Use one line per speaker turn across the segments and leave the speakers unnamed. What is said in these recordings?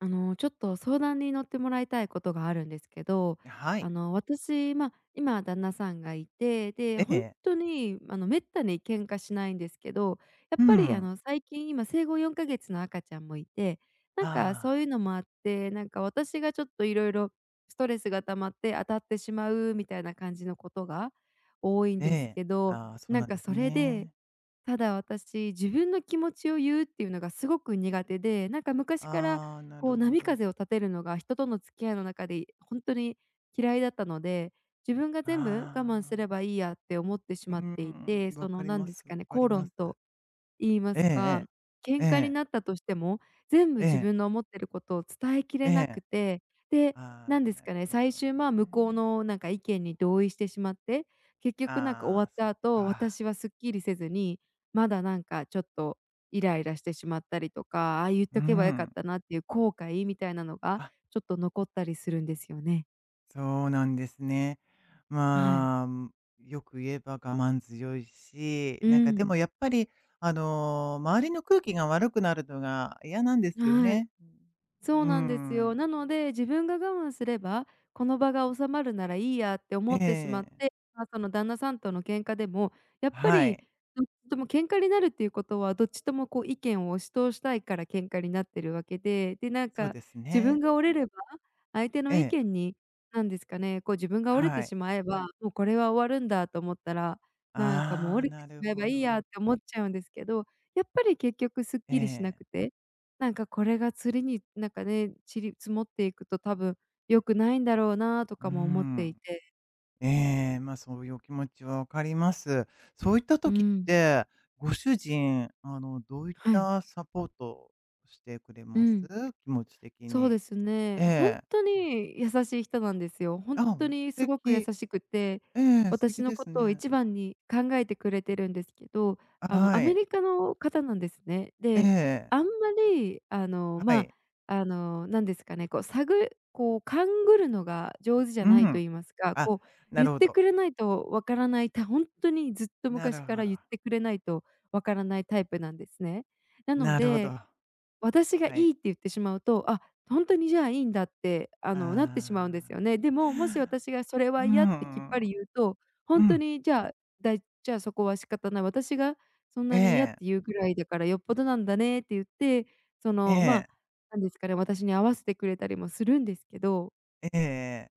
ちょっと相談に乗ってもらいたいことがあるんですけど、
はい。
私、今旦那さんがいて、で、
え
本
え。
当にめったに喧嘩しないんですけど、や
う
っぱり
ん。
最近今生後4か月の赤ちゃんもいて、なんか
あ
そういう
あ、
のもあって、なんか私がちょっといろいろストレスが溜まって当たってしまうみたいな感じのことが多いん
え
です
え。
けど、
ああ、そう
なん
なん
か
です
それで
ね。
ただ私、自分の気持ちを言うっていうのがすごく苦手で、なんか昔から
ああ、な
こ
る
う
ほ
波
ど。
風を立てるのが人との付き合いの中で本当に嫌いだったので、自分が全部我慢
あ
す
あ、
ればいいやって思ってしまっていて、
わ
そ
か
の
り
何
ま
です
す、わ
かね、
かり
口
ま
論
す。
と言いま
え
すか、
ええ
喧嘩に
え。
なったとしても、全部自
えええ
分の思ってることを伝えき
え
れ
え
なく
え。
て、で、な
あ
ん
あ、
です
なる
かね、
ほど
最終、向こう
ね。
のなんか意見に同意してしまって、結局なんか
あ
終
あ、
わっ
そ
た
っ
後、
か。
私はすっきりせずに、まだなんかちょっとイライラしてしまったりとか、ああ言っ
うー
とけばよかっ
ん。
たなっていう後悔みたいなのが
あ、
ちょっと残ったりするんですよね。
そうなんですね。
はい。
まあ、よく言えば我慢強いし、
う
なんかで
ん。
もやっぱり、周りの空気が悪くなるのが嫌なんですよ
はい。
ね。
そ
う
う
ー
なんですよ。
ん。
なので、自分が我慢すれば、この場が収まるならいいやって
え
思ってしまっ
え。
て、その旦那さんとの喧嘩でも、やっぱ
は
り
い。
どっちとも喧嘩になるっていうことは、どっちともこう意見を押し通したいから喧嘩になってるわけで、で、なん
そう
か
です
自分
ね。
が折れれば、相手
え
の意
え。
見に、なんですかね、こう自分が折れて
はい。
しまえば、もうこれは終わるんだと思ったら、なんかもう
ああ、
折れて
な
し
る
まえ
ほ
ばいい
ど。
やって思っちゃうんですけど、やっぱり結局すっ
え
きりしなく
え。
てなんかこれが釣りになんかね、ちり積もっていくと多分良くないんだろうなと
うー
かも思って
ん。
いて。
ええ、そういうお気持ちはわかります。そういった
う
時っ
ん。
て、ご主人、どういっ
はい。
たサポートをしてくれ
う
ます？
ん。
気持ち的
そうで
に。
すね。
え
本
え。
当に優しい人なんですよ。本
あ、
当
素
にすごく優
敵。
しくて、
ええ、素敵
私の
で
こ
す
とを
ね。
一番に考えてくれてるんですけど、ア
は
メ
い。
リカの方なんですね。
え
で、
え、
あんまり、あの、
は
ま、あ
い。
あの、なんですかね、こう、勘ぐるのが上手じゃ
う
ないと
ん。
言いますか、
あ、
こう、
な
言っ
るほ
て
ど。
くれないとわからない、本当にずっと
なる
昔か
ほ
ら
ど。
言ってくれないとわからないタイプなんですね。なの
なるほ
で
ど。
私が
はい。
いいって言ってしまうと、あ、本当にじゃあいいんだって、
あ
なってしまうんですよ
あ。
ね。でも、もし私がそれ
う
は嫌ってきっ
ん。
ぱり言うと、
う
本当
ん。
にじゃあ、じゃあそこは仕方ない、私がそん
え
なに嫌っ
え、
て言うぐらいだからよっぽどなんだねって言って、そ
え
の、まあ、
え、
なんですかね、私に合わせてくれたりもするんですけど、
ええええ、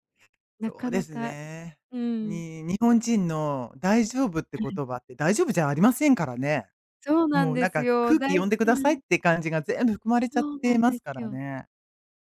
な
そう
か
で
な
す
か
ね。
うん、
に日本人の「大丈夫」って言葉って大丈夫じゃありませんからね。
そうな
も
ん
う
で
なん
す
か
よ。
空気読んでく
う
ださいっ
ん、
て感じが全部含まれちゃっ
そうな
て
ん
ま
で
す
す
から
よ。
ね。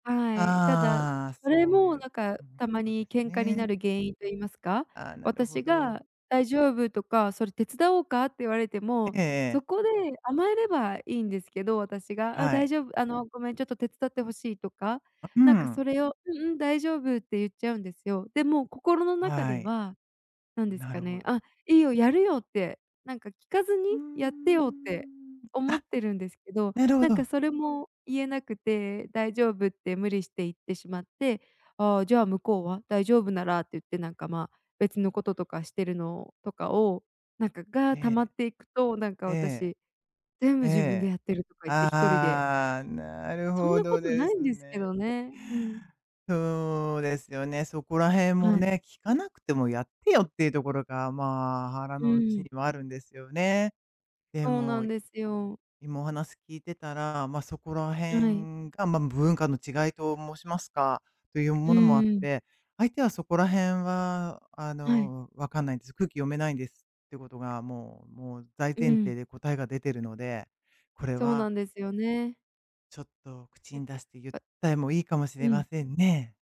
はい、ただ、
ああ、
それ
そう
も
いう、
なんか
うん、
た
こ
ま
とで
に
す
喧嘩にな
ね。
る原因と言いますか、
ああ、なるほ
私
ど。
が「大丈夫」とか「それ手伝おうか？」って言われても、
ええ
そ
ええ。
こで甘えればいいんですけど、私が「あ、
は
大
い。
丈夫、あの、ごめん、ちょっと手伝ってほしい」とか、
う
なんか
ん。
それを「うんうん、大丈夫」って言っちゃうんですよ。でも心の中
は
で
い。
はなんです
な
か
るほ
ね。
ど。
あ、いいよ、やるよって、なんか聞かずに
うー
やってよって
ん。
思っ
あ、
てるんですけど、
なるほ
なんか
ど。
それも言えなくて、大丈夫って無理して言ってしまって、ああ、じゃあ向こうは大丈夫ならって言って、なんか別のこととかしてるのとかを、なんか
え
が溜まっ
え、
ていくと、なんか
ええ、
私、全部
え
自分で
え。
やってるとか言って一人で、
ああ、なる
そん
ほ
なこ
ど
と
で
ない
す
んですけ
ね。
どね。うん。
そうですよね。そこら辺も
はい。
ね、聞かなくてもやってよっていうところが、まあ、腹
う
の内に
ん。
はあるんですよね。で
そうな
も、
んですよ。
今お話聞いてたら、まあ、そこら
はい。
辺が、まあ、文化の違いと申しますか、という
う
ものもあっ
ん。
て、相手はそこら辺は、
はい。
わかんないんです。空気読めないんですってことが、もう大
う
前提
ん。
で答えが出てるので、これ
そう
は
なんですよね。
ちょっと口
なん
に
か、
出して言っ
あ
たりもいいかもし
う
れ
ん。
ませんね。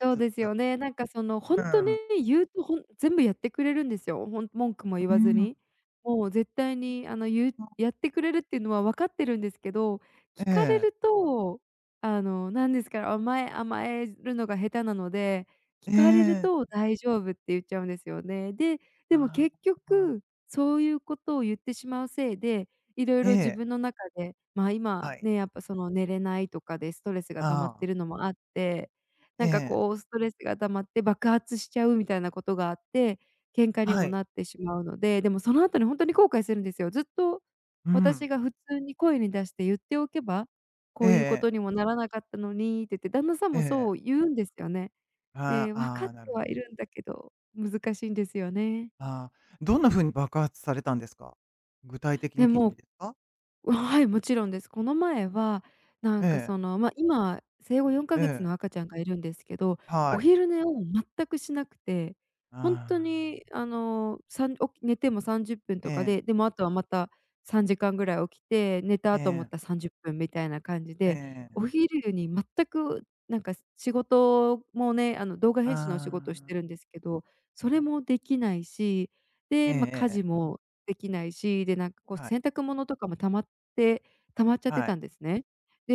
そう
ちょっ
です
と。
よね。なんかそのほ
う
んとね、
ん。
言うと全部やってくれるんですよ。文句も言
う
わず
ん。
に。もう絶対に
ん
やってくれるっていうのは分かってるんですけど、聞
え
かれ
え。
ると、あの、なんですか、甘えるのが下手なので、聞
え
かれる
え。
と「大丈夫」って言っちゃうんですよね。で、でも
あ
結
あ、
局、そういうことを言ってしまうせいで、いろい
え
ろ自
え、
分の中で、今
はい。
ね、やっぱその寝れないとかでストレスが溜まっ
あ
て
あ、
るのもあって
え
なんか
え、
こうストレスが溜まって爆発しちゃうみたいなことがあって、喧嘩に
は
も
い。
なってしまうので、でもその後に本当に後悔するんですよ。ずっと
う
私
ん。
が普通に声に出して言っておけば、こういうこ
ええ
とにもならなかったのにって言って、旦那さん
え
も
え、
そう言うんですよね。
あ
で、
あ、
分か
あ
っ
あ、な
て
るほ
はい
ど。
るんだけど、難しいんですよね。
ああ、どんな風に爆発されたんですか？具体的に
で
聞いてもい
も
いですか？
うわ、はい、もちろんです。この前は、な
え
んかそ
え、
の、今、生後4
え
か月
え、
の赤ちゃんがいるんですけど、
は
お
い。
昼寝を全くしなくて、本当
ああ、
にあの、さん起き寝ても30分
え
とか
え、
で、でもあとはまた3時間ぐらい起きて、寝
え
たと思っ
え、
た30分みたいな感じ
え
で、
え、
お昼に全くなんか仕事もね、あの動画
あ
編集のお仕事をし
あ、
てるんですけど、それもできないし、
ええ
で、
ええ
家
え
事
え、
もできないし、で、なんかこう
はい、
洗濯物とかもて溜まっちゃって
は
たん
い。
ですね。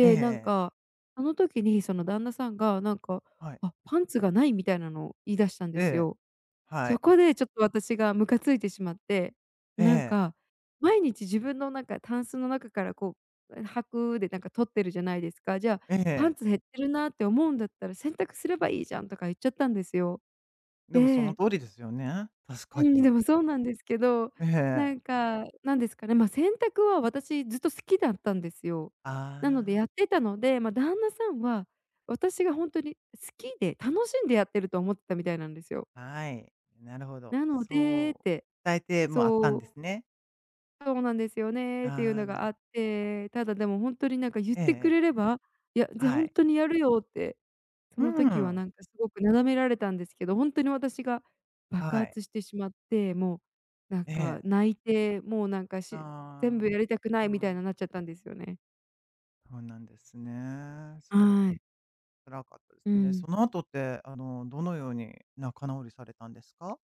えええ
なん
え、
か、あの時にその旦那さんがなんか、
はい。
「あ、パンツがない」みたいなのを言い出したんで
え
す
え、
よ。
は
そ
い。
こでちょっと私がムカついてしまって、
え
なん
え、
か、毎日自分のなんかタンスの中からこう、履くでなんか取ってるじゃないですか。じゃあ、
え
パン
え。
ツ減ってるなって思うんだったら洗濯すればいいじゃんとか言っちゃったんですよ。
でもその
で
通りですよね、確
う
か
ん、
に。
でもそうなんですけど、
ええ。
なんか、なんですかね、洗濯は私ずっと好きだったんですよ。なので
あ
やってたので、旦那さんは私がほんとに好きで楽しんでやってると思ってたみたいなんですよ。
あ、はい。なるほど。
なのでっ
そ
て、
う、伝えてもあった
そ
ん
う
ですね。
そうなんですよねっていう
ああ、
のがあって、ただでも本当になんか言っ
ええ
てく
ええ、
れれば、いや、じゃ、
は
ほ
い。
にやるよって、そ
う
の時は
ん、
なんかすごくなだめられたんですけど、本当に私が爆
はい。
発してしまって、もうなん
え
か
え。
泣いて、もうなんか
あ
し全部
あ、
やりたくな
そ
い
うな
みたい
ん、
ななっちゃったんですよね。
そうなんですね。それ
はい。
辛かったで
う
すね。
ん。
その後って、どのように仲直りされたんですか？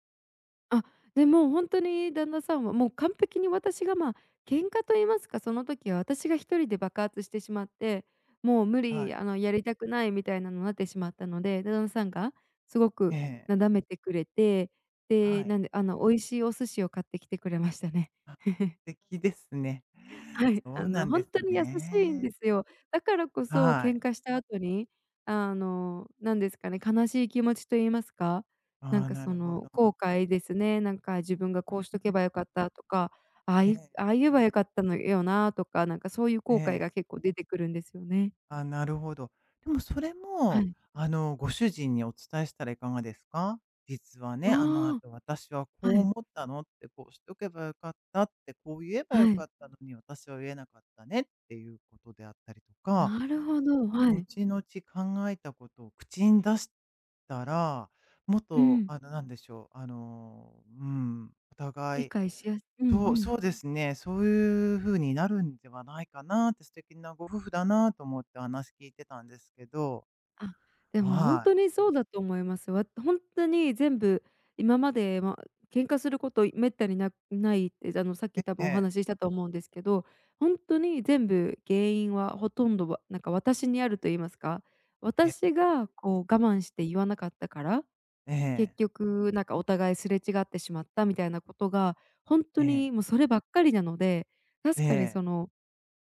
あ、でも本当に旦那さんはもう完璧に私が、喧嘩と言いますか、その時は私が一人で爆発してしまって、もう無
は
理、
い。
あの、やりたくないみたいなのになってしまったので、で、旦那さんがすご
え
く
え、
なだめてくれて、
は
で、
い。
なんで、あの、美味しいお寿司を買ってきてくれましたね。
素敵ですね。
はい、
そ
あ
うな
の、
ん
ほ
で
ん
す
とに優しいんで
ね。
すよ。だからこそ
は
喧
い。
嘩した後に、なんですかね、悲しい気持ちと言いますか、
ああ、な
そ
るほ
の、
ど
後
な。
悔ですね、自分が
う
こうしとけば
ん、
良かったとか、ああ
え
い
え、
ああ言えば良かったのよなとか、なんかそういう
え
後悔が
え。
結構出てくるんですよね。
あ、なるほど。でもそれ
は
も、
い。
ご主人にお伝えしたらいかがですか？実はね、あの
あ
後私は
あ、は
こう
い、
思ったのって、こうしとけばよかったって、こう言えばよ
は
か
い。
ったのに、私は言えなかったねっていうことであったりとか、
なるほど、はい。
後々考えたことを口に出したら、もっ
う
と、
ん。
なんでしょう、お
理
互い、
解しやす
そう
ん。
そうですね、そういう風になるんではないかなって、素敵なご夫婦だなと思って話聞いてたんですけど、
あ、でも本
は
当
い。
にそうだと思います。本当に全部今まで、まあ、喧嘩することめったにないって、あの、さっき多
え
分お
え、
話ししたと思うんですけど、本当に全部原因はほとんどは、なんか私にあると言いますか、
ええ、
私がこう我慢して言わなかったから、
え
結
え、
局なんかお互いすれ違ってしまったみたいなことが、本当
ええ、
にもうそればっかりなので、
え
確かに
え、
その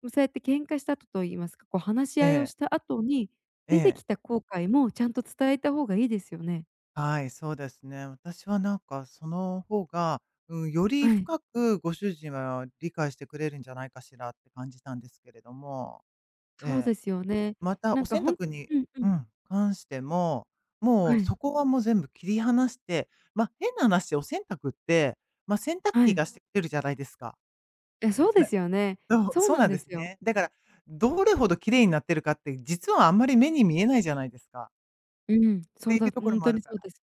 そうやって喧嘩した後と言いますか、こう話し
え
合いを
え、
した後に、
え
出てき
え。
た後悔もちゃんと伝えた方がいいですよね。
はい、そうですね。私はなんかその方が、うん、より
はい、
深くご主人は理解してくれるんじゃないかしらって感じたんですけれども、
そう
ええ、
ですよね。
また
な
お
んか
洗
ほん
濯に、
うんう
う
ん、
ん、関しても、も
は
う
い、
そこはもう全部切り離して、変な話、お洗濯って、ま、洗濯
は
機
い。
がしてくれるじゃないですか。
え、そうで
ね、
すよね。
そう、
そう
そう
なん
なんで
で
す
すよ。
ね。だから、どれほど綺麗になってるかって、実はあんまり目に見えないじゃないですか。
うん、
って
そう
い
だ、
うと
ほ
ころ
ん
も
と
ある
に
か
そう
ら、
です。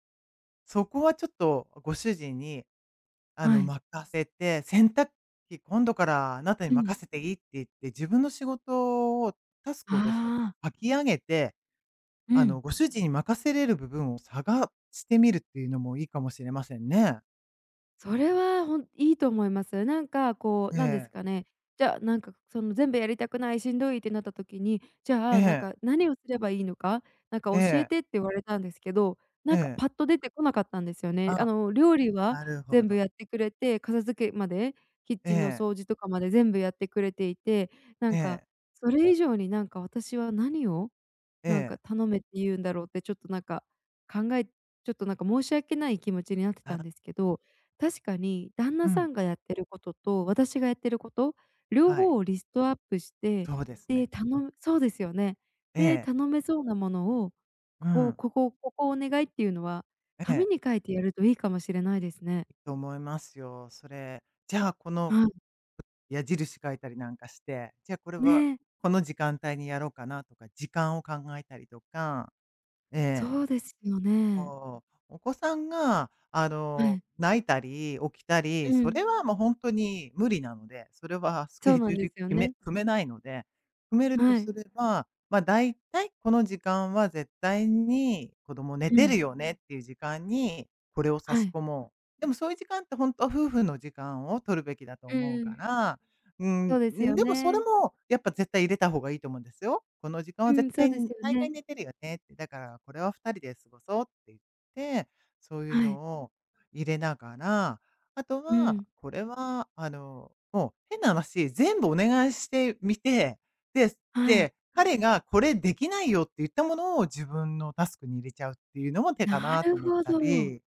そこはちょっとご主人に
はい。
任せて、洗濯機今度からあなたに
うん。
任せていいって言って、自分の仕事を、タス
あ
クをですね、
あ、
書き上げて、
うん。
ご主人に任せれる部分を探してみるっていうのもいいかもしれませんね。
それはいいと思います。なんかこ
え
う、なんです
え、
かね、じゃあ、なんかその全部やりたくない、しんどいってなった時に、じゃ
え
あ、なん
え、
か何をすればいいのか、なんか
え
教え
え、
てって言われたんですけど、
え
なんか
え。
パッと出てこなかったんですよね。あ
あ、
の料理は
なるほ
全部
ど。
やってくれて、片付けまで、キッ
え
チンの
え、
掃除とかまで全部やってくれていて、な
え
んか
え、
それ以上になんか私は何を
え
なんか
え。
頼めって言うんだろうってちょっとなんかちょっとなんか申し訳ない気持ちになってた
あ、
んですけど、確かに旦
う
那さ
ん、
んがやってることと私がやってること、両
はい、
方をリストアップして、
そうですね。
で、頼むそうですよね。
え
で、
え、
頼めそうなものを、
う
ここ
ん、
ここここお願いっていうのは、
え
紙
え、
に書いてやるといいかもしれないですね。
いいと思いますよ、それ。じゃあ、この
はい。
矢印書いたりなんかして、じゃあこれは
ねえ、
この時間帯にやろうかなとか、時間を考えたりとか、ええ、
そうですよね。
おお子さんが、
はい。
泣いたり起きたり、
う
そ
ん、
れはもう本当に無理なので、それはスケ
そう
ジ
な
ュ
ん
ー
です
ル
よ
決
ね。
め組めないので、組めると
は
す
い。
れば、ま、大体この時間は絶対に子供寝
う
てる
ん。
よねっていう時間にこれを差
は
し
い。
込もう。でもそういう時間って本当は夫婦の時間を取るべきだと
うん
思う
う
か
ん。
ら、う
そ
ん、
うですよ
でもそれ
ね。
もやっぱ絶対入れた方がいいと思うんですよ。この時間
う
は絶
ん、そう
対
です
に
よ
大概
ね。
寝てるよねって、だからこれは二人で過ごそうって言って、そういう
はい。
のを入れながら、あと
う
は、
ん。
これはもう変な話、全部お願いしてみて、で
はい。
で、彼がこれできないよって言ったものを自分のタスクに入れちゃうっていうのも手か
な
なと
る
思っ
ほ
た
ど。
り、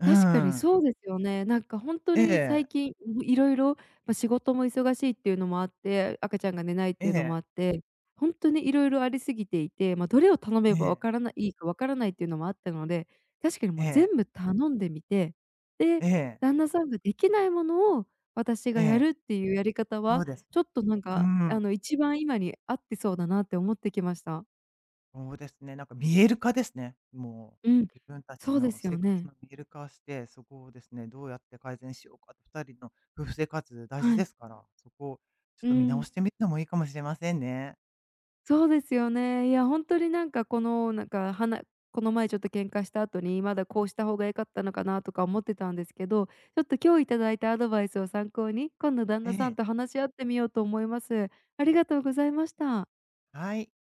う
確かに
ん。
そうですよね。なんかほんと
え
に最
え、
近、ろいろま、仕事も忙しいっていうのもあって、赤ちゃんが寝ないっ
え
ていうのも
え、
あって、ほんとにいろいろありすぎていて、ま、どれを頼
え
めばわ
え、
からないいいかわからないっていうのもあったので、確かにも
え
う全
え、
部頼んでみて、で、
ええ、
旦那さんができないものを私
え
がや
え、
るっていうやり方
そう
は、
です。
ちょっとなん
う
か、
ん、
一番今に合ってそうだなって思ってきました。
そうですね、なんか見える化ですね。もう、
うん、
自分た
そ
ち
うで
の
す
生
よ
活
ね。
の見える化をして、そこをですね、どうやって改善しようかとて、人の夫婦生活大事
は
で
い。
すから、そこをちょっ
う
と見直
ん、
してみてもいいかもしれませんね。
そうですよね。いや、ほんとになんかこの、この前ちょっと喧嘩した後に、まだこうした方が良かったのかなとか思ってたんですけど、ちょっと今日いただいたアドバイスを参考に、今度旦
え
那さん
え、
と話し合ってみようと思います。ありがとうございました。
はい。